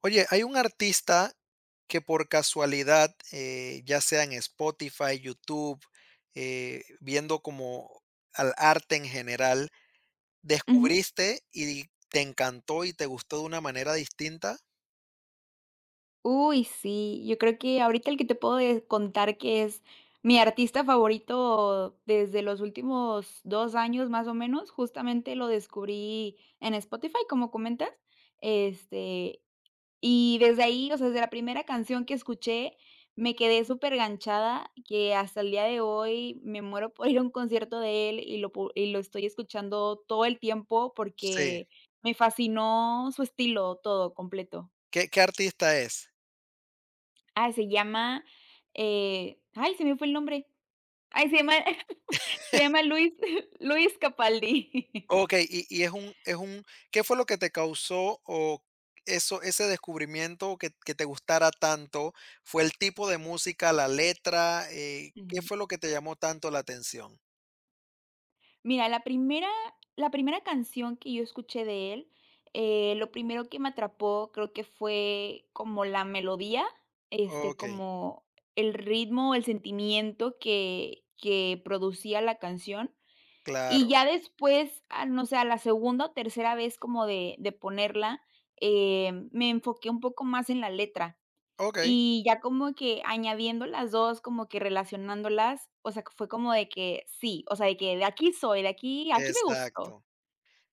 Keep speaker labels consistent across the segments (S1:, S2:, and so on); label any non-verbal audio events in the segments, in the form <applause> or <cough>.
S1: Oye, hay un artista que por casualidad, ya sea en Spotify, YouTube, viendo como al arte en general,
S2: Ujú.
S1: descubriste y te encantó y te gustó de una manera distinta.
S2: Uy, sí, yo creo que ahorita el que te puedo de contar que es mi artista favorito desde los últimos 2 años, más o menos, justamente lo descubrí en Spotify, como comentas, este, y desde ahí, o sea, desde la primera canción que escuché, me quedé súper superenganchada, que hasta el día de hoy me muero por ir a un concierto de él y lo estoy escuchando todo el tiempo
S1: Sí.
S2: porque me fascinó su estilo, todo completo.
S1: ¿Qué, qué artista es?
S2: Ah, se llama, ay, se me fue el nombre. Ay, se llama <laughs> se llama Luis <laughs> Luis Capaldi.
S1: Okey, y es un ¿qué fue lo que te causó o eso ese descubrimiento que te gustara tanto? ¿Fue el tipo de música, la letra?
S2: <laughs>
S1: ¿Qué
S2: Ujú.
S1: fue lo que te llamó tanto la atención?
S2: Mira, la primera canción que yo escuché de él, lo primero que me atrapó creo que fue como la melodía,
S1: Okey,
S2: como el ritmo, el sentimiento que producía la canción. Y
S1: claro.
S2: ya después, ah, no sé, a la segunda o tercera vez como de ponerla, me enfoqué un poco más en la letra,
S1: Okey,
S2: y ya como que añadiendo las 2 como que relacionándolas, o sea, fue como de que sí, o sea, de que de aquí soy, de aquí me gustó.
S1: exacto.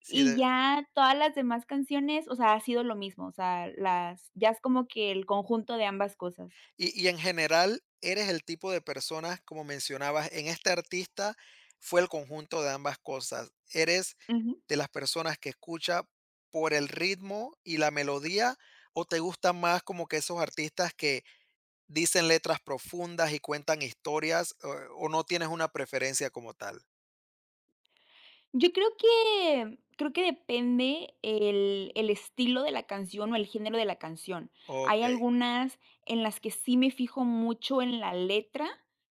S1: Sí,
S2: Y
S1: de
S2: ya todas las demás canciones, o sea, ha sido lo mismo, o sea, las ya es como que el conjunto de ambas cosas.
S1: y en general, ¿eres el tipo de personas, como mencionabas, en este artista fue el conjunto de ambas cosas? ¿Eres de las personas que escucha por el ritmo y la melodía? ¿O te gustan más como que esos artistas que dicen letras profundas y cuentan historias? O no tienes una preferencia como tal?
S2: Yo creo que depende el estilo de la canción o el género de la canción. Hay
S1: Ok,
S2: algunas en las que sí me fijo mucho en la letra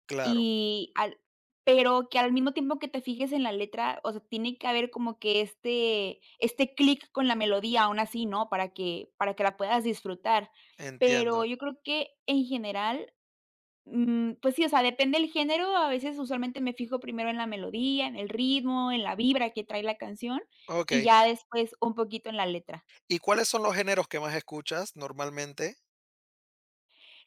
S1: claro,
S2: y al pero que al mismo tiempo que te fijes en la letra, o sea, tiene que haber como que este clic con la melodía aún así, ¿no? Para que la puedas disfrutar. Pero
S1: entiendo.
S2: yo creo que en general. Pues sí, o sea, depende el género, a veces usualmente me fijo primero en la melodía, en el ritmo, en la vibra que trae la canción,
S1: Ok.
S2: y ya después un poquito en la letra.
S1: ¿Y cuáles son los géneros que más escuchas normalmente?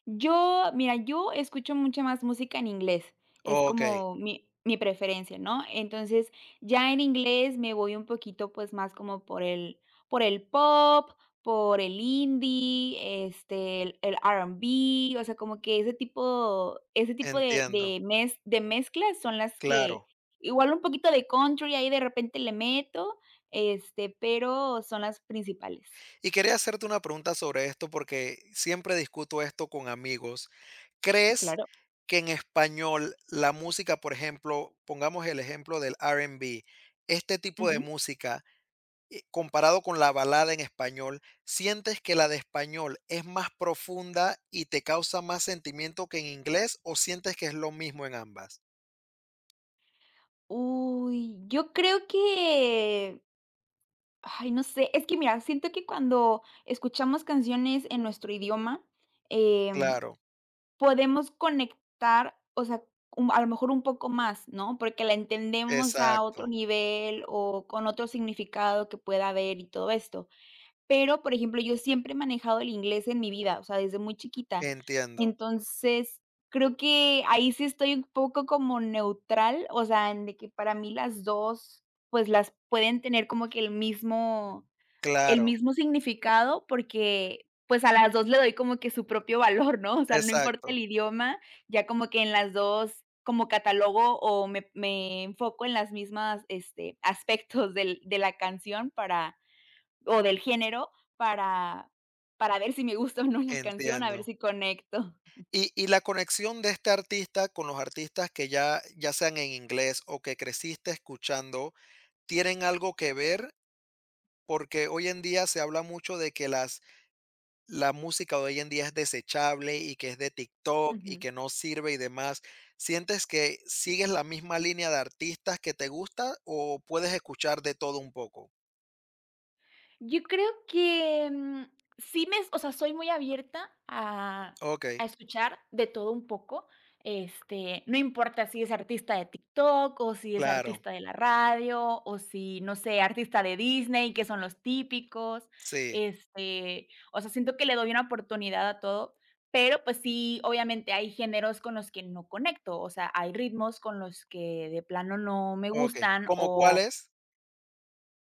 S2: Yo, mira, yo escucho mucha más música en inglés, es
S1: Ok,
S2: como mi preferencia, ¿no? Entonces, ya en inglés me voy un poquito, pues, más como por el pop, por el indie, el R&B, o sea, como que ese tipo de
S1: entiendo,
S2: de mez de mezclas son las que
S1: claro.
S2: igual un poquito de country ahí de repente le meto, pero son las principales.
S1: Y quería hacerte una pregunta sobre esto porque siempre discuto esto con amigos. ¿Crees
S2: Claro.
S1: que en español la música, por ejemplo, pongamos el ejemplo del R&B, este tipo de música, comparado con la balada en español, sientes que la de español es más profunda y te causa más sentimiento que en inglés o sientes que es lo mismo en ambas?
S2: Uy, yo creo que, ay, no sé, es que mira, siento que cuando escuchamos canciones en nuestro idioma, em,
S1: Claro,
S2: podemos conectar, o sea, a lo mejor un poco más, ¿no? Porque la entendemos a otro
S1: exacto,
S2: nivel o con otro significado que pueda haber y todo esto. Pero, por ejemplo, yo siempre he manejado el inglés en mi vida, o sea, desde muy chiquita.
S1: entiendo,
S2: Entonces, creo que ahí sí estoy un poco como neutral, o sea, en de que para mí las 2 pues, las pueden tener como que el mismo el
S1: claro,
S2: mismo significado, porque, pues, a las 2 le doy como que su propio valor, ¿no? O sea, no importa el
S1: exacto,
S2: idioma, ya como que en las 2 como catalogo o me enfoco en las mismas, aspectos del de la canción para o del género para para ver si me gusta o no la canción, a ver
S1: entiendo.
S2: si conecto.
S1: Y la conexión de este artista con los artistas que ya sean en inglés o que creciste escuchando, ¿tienen algo que ver? Porque hoy en día se habla mucho de que las la música de hoy en día es desechable y que es de TikTok y
S2: Ujú.
S1: que no sirve y demás. ¿Sientes que sigues la misma línea de artistas que te gusta o puedes escuchar de todo un poco?
S2: Yo creo que, sí me o sea, soy muy abierta a
S1: Okey,
S2: escuchar de todo un poco, no importa si es artista de TikTok, o si es
S1: claro,
S2: artista de la radio, o si, no sé, artista de Disney, que son los típicos,
S1: sí,
S2: o sea, siento que le doy una oportunidad a todo, pero, pues sí, obviamente hay géneros con los que no conecto, o sea, hay ritmos con los que de plano no me
S1: okey.
S2: gustan,
S1: ¿Cómo
S2: o,
S1: cuáles?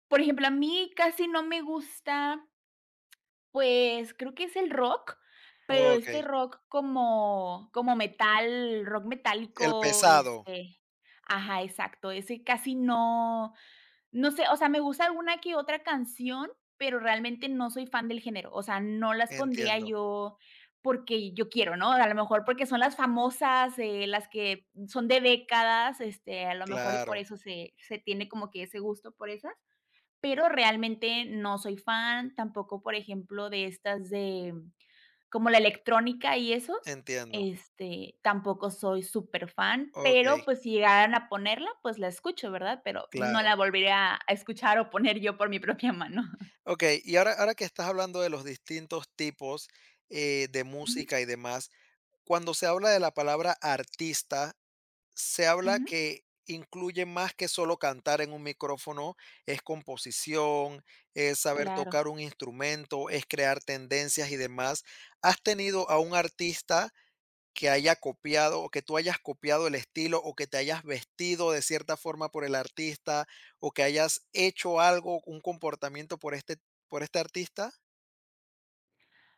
S2: por ejemplo, a mí casi no me gusta pues, creo que es el rock, pero este
S1: Okey,
S2: rock como metal, rock
S1: el
S2: metálico,
S1: pesado,
S2: ajá, exacto, ese casi no. No sé, o sea, me gusta alguna que otra canción, pero realmente no soy fan del género, o sea, no las pondría
S1: entiendo,
S2: yo porque yo quiero, ¿no? A lo mejor porque son las famosas, las que son de décadas, a lo mejor y por
S1: claro,
S2: eso se tiene como que ese gusto por esas. Pero realmente no soy fan, tampoco, por ejemplo, de estas de como la electrónica y esos,
S1: entiendo.
S2: tampoco soy súper fan pero,
S1: Okey,
S2: pues, si llegaran a ponerla, pues, la escucho, ¿verdad? Pero no
S1: claro.
S2: la volveré a escuchar o poner yo por mi <laughs> propia mano.
S1: Okey, y ahora que estás hablando de los distintos tipos, de
S2: Ujú,
S1: música y demás, cuando se habla de la palabra artista, se habla
S2: ujú,
S1: que incluye más que solo cantar en un micrófono, es composición, es saber
S2: claro.
S1: tocar un instrumento, es crear tendencias y demás. ¿Has tenido a un artista que haya copiado o que tú hayas copiado el estilo o que te hayas vestido de cierta forma por el artista o que hayas hecho algo, un comportamiento por este artista?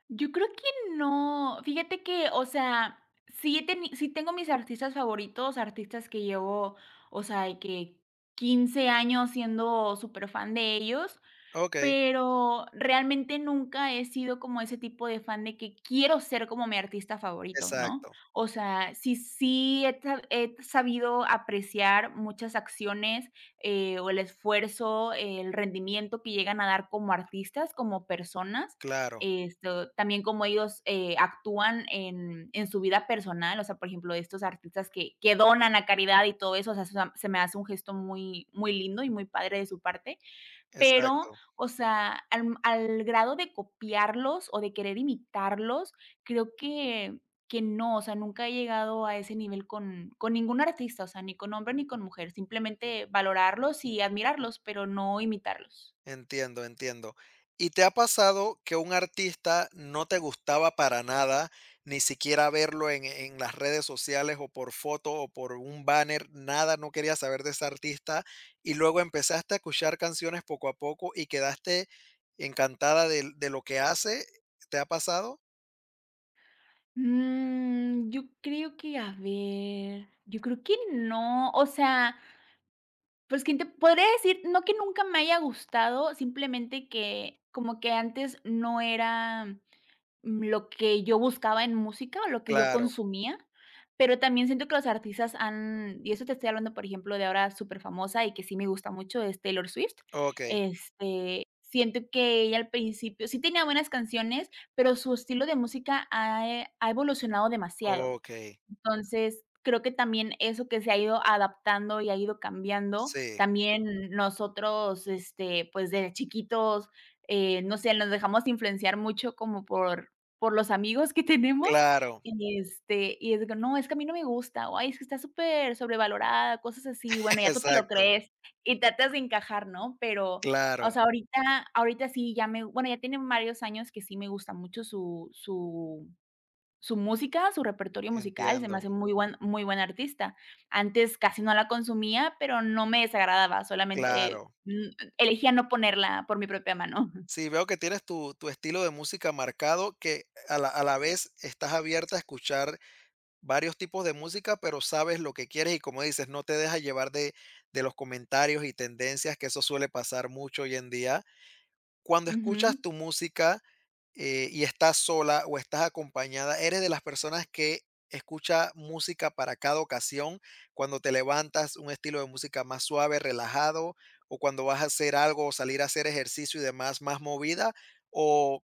S2: Yo creo que no. Fíjate que, o sea, sí he teni sí tengo mis artistas favoritos, artistas que llevo, o sea, de que 15 años siendo súper fan de ellos.
S1: Ok,
S2: Pero realmente nunca he sido como ese tipo de fan de que quiero ser como mi artista favorito, ¿no?
S1: exacto,
S2: O sea, sí he sabido apreciar muchas acciones, o el esfuerzo, el rendimiento que llegan a dar como artistas, como personas,
S1: claro,
S2: también como ellos, actúan en su vida personal, o sea, por ejemplo, estos artistas que donan a caridad y todo eso, o sea, se me hace un gesto muy muy lindo y muy padre de su parte. Pero,
S1: exacto.
S2: o sea, al grado de copiarlos o de querer imitarlos, creo que no, o sea, nunca he llegado a ese nivel con ningún artista, o sea, ni con hombre ni con mujer, simplemente valorarlos y admirarlos, pero no imitarlos.
S1: Entiendo, entiendo. ¿Y te ha pasado que un artista no te gustaba para nada, ni siquiera verlo en las redes sociales, o por foto, o por un banner, nada, no querías saber de ese artista, y luego empezaste a escuchar canciones poco a poco y quedaste encantada del de lo que hace? ¿Te ha pasado?
S2: Yo creo que, a ver, yo creo que no, o sea, pues, que te podría decir? No que nunca me haya gustado, simplemente que como que antes no era. Lo que yo buscaba en música, o lo que yo
S1: Claro,
S2: consumía, pero también siento que los artistas han y eso te estoy hablando, por ejemplo, de ahora súper famosa y que sí me gusta mucho, es Taylor Swift.
S1: okey,
S2: Siento que ella al principio sí tenía buenas canciones, pero su estilo de música ha evolucionado demasiado.
S1: okey,
S2: Entonces, creo que también eso que se ha ido adaptando y ha ido cambiando,
S1: sí,
S2: también nosotros, pues, de chiquitos, no sé, nos dejamos influenciar mucho como por los amigos que <laughs> tenemos,
S1: claro,
S2: y, y es de que: "No, es que a mí no me gusta", o: "Ay, es que está súper sobrevalorada", cosas así.
S1: <laughs>
S2: Bueno, ya tú te lo
S1: exacto,
S2: crees y tratas de encajar, ¿no? Pero,
S1: claro,
S2: o sea, ahorita sí ya me bueno, ya tiene varios años que sí me gusta mucho su música, su repertorio musical, se me
S1: entiendo,
S2: hace muy buen artista. Antes casi no la consumía, pero no me desagradaba, solamente,
S1: claro.
S2: elegía no ponerla por mi propia mano. <laughs>
S1: Sí, veo que tienes tu, tu estilo de música marcado, que a la vez estás abierta a escuchar varios tipos de música, pero sabes lo que quieres y como dices, no te dejas llevar de los comentarios y tendencias, que eso suele pasar mucho hoy en día. Cuando
S2: Ujú.
S1: escuchas tu música, y estás sola o estás acompañada, eres de las personas que escucha música para cada ocasión, cuando te levantas, un estilo de música más suave, relajado, o cuando vas a hacer algo o salir a hacer ejercicio y demás, más movida, o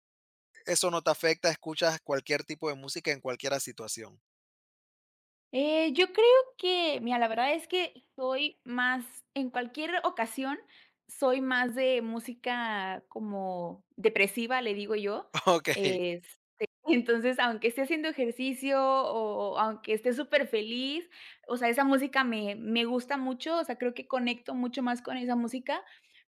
S1: eso no te afecta, escuchas cualquier tipo de música en cualquier situación.
S2: Yo creo que, mira, la verdad es que soy más en cualquier ocasión, soy más de música como depresiva, le digo yo.
S1: <laughs> Ok,
S2: Entonces, aunque esté haciendo ejercicio o aunque esté superfeliz, o sea, esa música me gusta mucho, o sea, creo que conecto mucho más con esa música,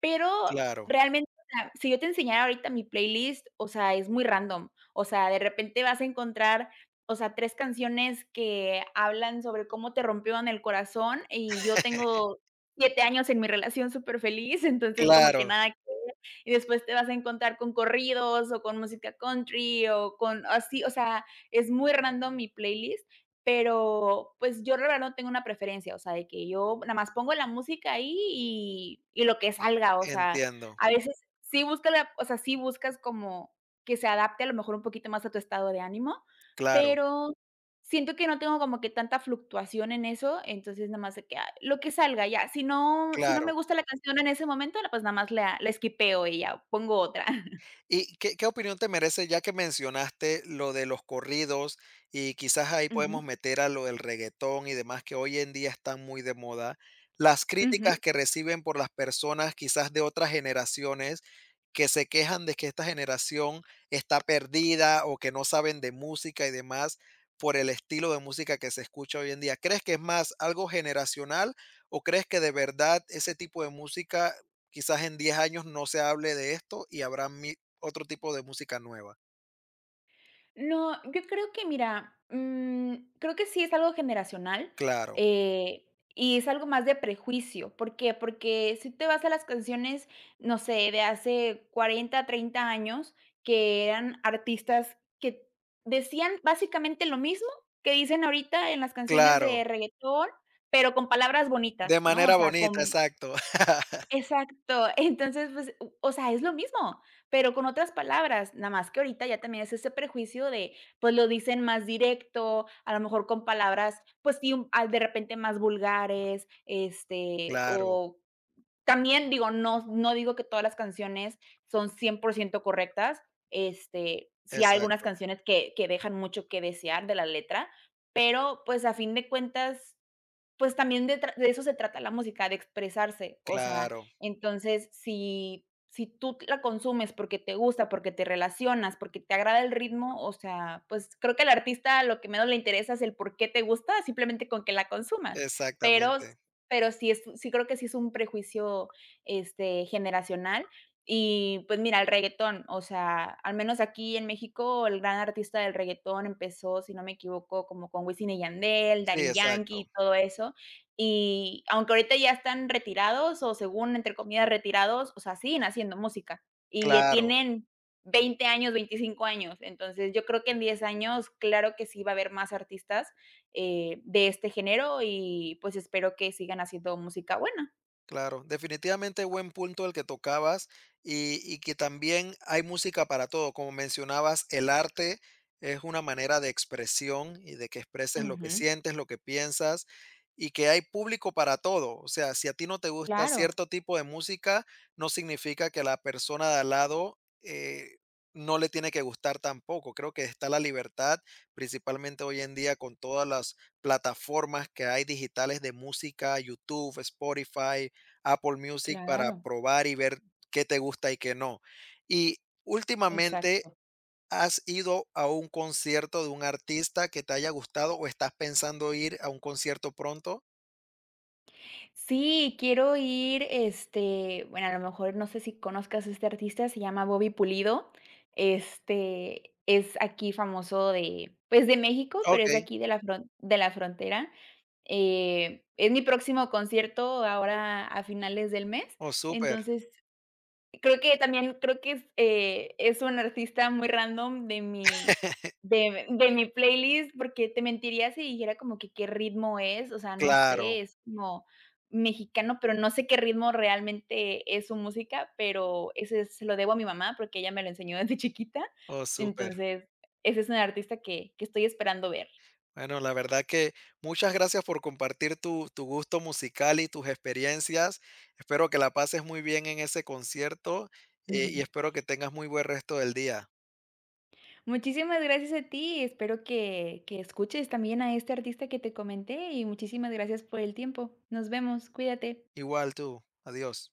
S2: pero
S1: claro,
S2: realmente, o sea, si yo te enseñara ahorita mi playlist, o sea, es muy random, o sea, de repente vas a encontrar, o sea, 3 canciones que hablan sobre cómo te rompió en el corazón, y yo tengo 7 años en mi relación súper feliz. <laughs> Entonces como que
S1: claro,
S2: nada que. Y después te vas a encontrar con corridos o con música country o con así, o sea, es muy random mi playlist, pero pues yo la verdad no tengo una preferencia, o sea, de que yo nada más pongo la música ahí y lo que salga, o sea,
S1: entiendo,
S2: a veces o sea, sí buscas como que se adapte a lo mejor un poquito más a tu estado de ánimo,
S1: claro,
S2: pero siento que no tengo como que tanta fluctuación en eso, entonces nada más de que, lo que salga ya, si no me
S1: claro.
S2: gusta la canción en ese momento, la pues nada más la esquipeo y ya pongo otra. <laughs>
S1: ¿Y qué, qué opinión te merece ya que mencionaste lo de los corridos y quizás ahí
S2: Ujú,
S1: podemos meter a lo del reggaetón y demás que hoy en día están muy de moda? Las
S2: ujú.
S1: críticas que reciben por las personas quizás de otras generaciones que se quejan de que esta generación está perdida o que no saben de música y demás por el estilo de música que se escucha hoy en día. ¿Crees que es más algo generacional o crees que de verdad ese tipo de música quizás en 10 años no se hable de esto y habrá mi- otro tipo de música nueva?
S2: No, yo creo que mira, creo que sí es algo generacional,
S1: Claro,
S2: eh, y es algo más de prejuicio. ¿Por qué? Porque si te vas a las canciones, no sé, de hace 40, 30 años, que eran artistas que decían básicamente lo mismo que dicen ahorita en las canciones de
S1: claro,
S2: reggaetón, pero con palabras bonitas,
S1: de
S2: ¿no? O
S1: manera
S2: sea,
S1: bonita,
S2: con
S1: exacto. <laughs>
S2: exacto. Entonces, pues, o sea, es lo mismo, pero con otras palabras, nada más que ahorita ya también es ese prejuicio de, pues, lo dicen más directo, a lo mejor con palabras, pues sí, de repente más vulgares,
S1: Claro,
S2: o también digo, no digo que todas las canciones son 100% correctas, sí hay algunas
S1: exacto,
S2: canciones que dejan mucho que desear de la letra, pero, pues, a fin de cuentas pues también de eso se trata la música, de expresarse, o sea,
S1: claro,
S2: entonces, si tú la consumes porque te gusta, porque te relacionas, porque te agrada el ritmo, o sea, pues creo que al artista lo que menos le interesa es el por qué te gusta, simplemente con que la consumas, pero
S1: exactamente.
S2: pero sí creo que sí es un prejuicio, generacional y, pues mira, el reguetón, o sea, al menos aquí en México, el gran artista del reguetón empezó, si no me equivoco, como con Wisin y Yandel,
S1: Sí,
S2: Daddy Yankee
S1: exacto,
S2: y todo eso. Y aunque ahorita ya están retirados, o según, entre comillas, retirados, o sea, siguen haciendo música y,
S1: claro.
S2: tienen 20 años, 25 años. Entonces, yo creo que en 10 años, claro que sí va a haber más artistas, de este género y, pues, espero que sigan haciendo música buena.
S1: Claro, definitivamente buen punto el que tocabas y que también hay música para todo. Como mencionabas, el arte es una manera de expresión y de que expreses lo que
S2: Ujú.
S1: sientes, lo que piensas y que hay público para todo. O sea, si a ti no te gusta
S2: Claro,
S1: cierto tipo de música, no significa que a la persona de al lado no le tiene que gustar tampoco. Creo que está la libertad, principalmente hoy en día con todas las plataformas que hay digitales de música, YouTube, Spotify Apple Music para
S2: claro,
S1: probar y ver qué te gusta y qué no. Y últimamente,
S2: exacto.
S1: ¿has ido a un concierto de un artista que te haya gustado o estás pensando ir a un concierto pronto?
S2: Sí, quiero ir, bueno, a lo mejor no sé si conozcas a este artista, se llama Bobby Pulido. Es aquí famoso de, pues, de México, pero es de
S1: Okey.
S2: aquí de la frontera. Es mi próximo concierto ahora a finales del mes.
S1: Oh, súper.
S2: Entonces, creo que también creo que es un artista muy random de mi
S1: <laughs>
S2: de mi playlist, porque te mentiría si dijera como que qué ritmo es, o sea, no sé,
S1: Claro.
S2: es como mexicano, pero no sé qué ritmo realmente es su música, pero ese se lo debo a mi mamá, porque ella me lo enseñó desde <laughs> chiquita.
S1: Oh, súper.
S2: Entonces, ese es un artista que estoy esperando ver.
S1: Bueno, la verdad que muchas gracias por compartir tu gusto musical y tus experiencias. Espero que la pases muy bien en ese concierto, y
S2: <laughs>
S1: espero que tengas muy buen resto del día.
S2: Muchísimas gracias a ti. Espero que escuches también a este artista que te comenté y muchísimas gracias por el tiempo. Nos vemos, cuídate.
S1: Igual tú. Adiós.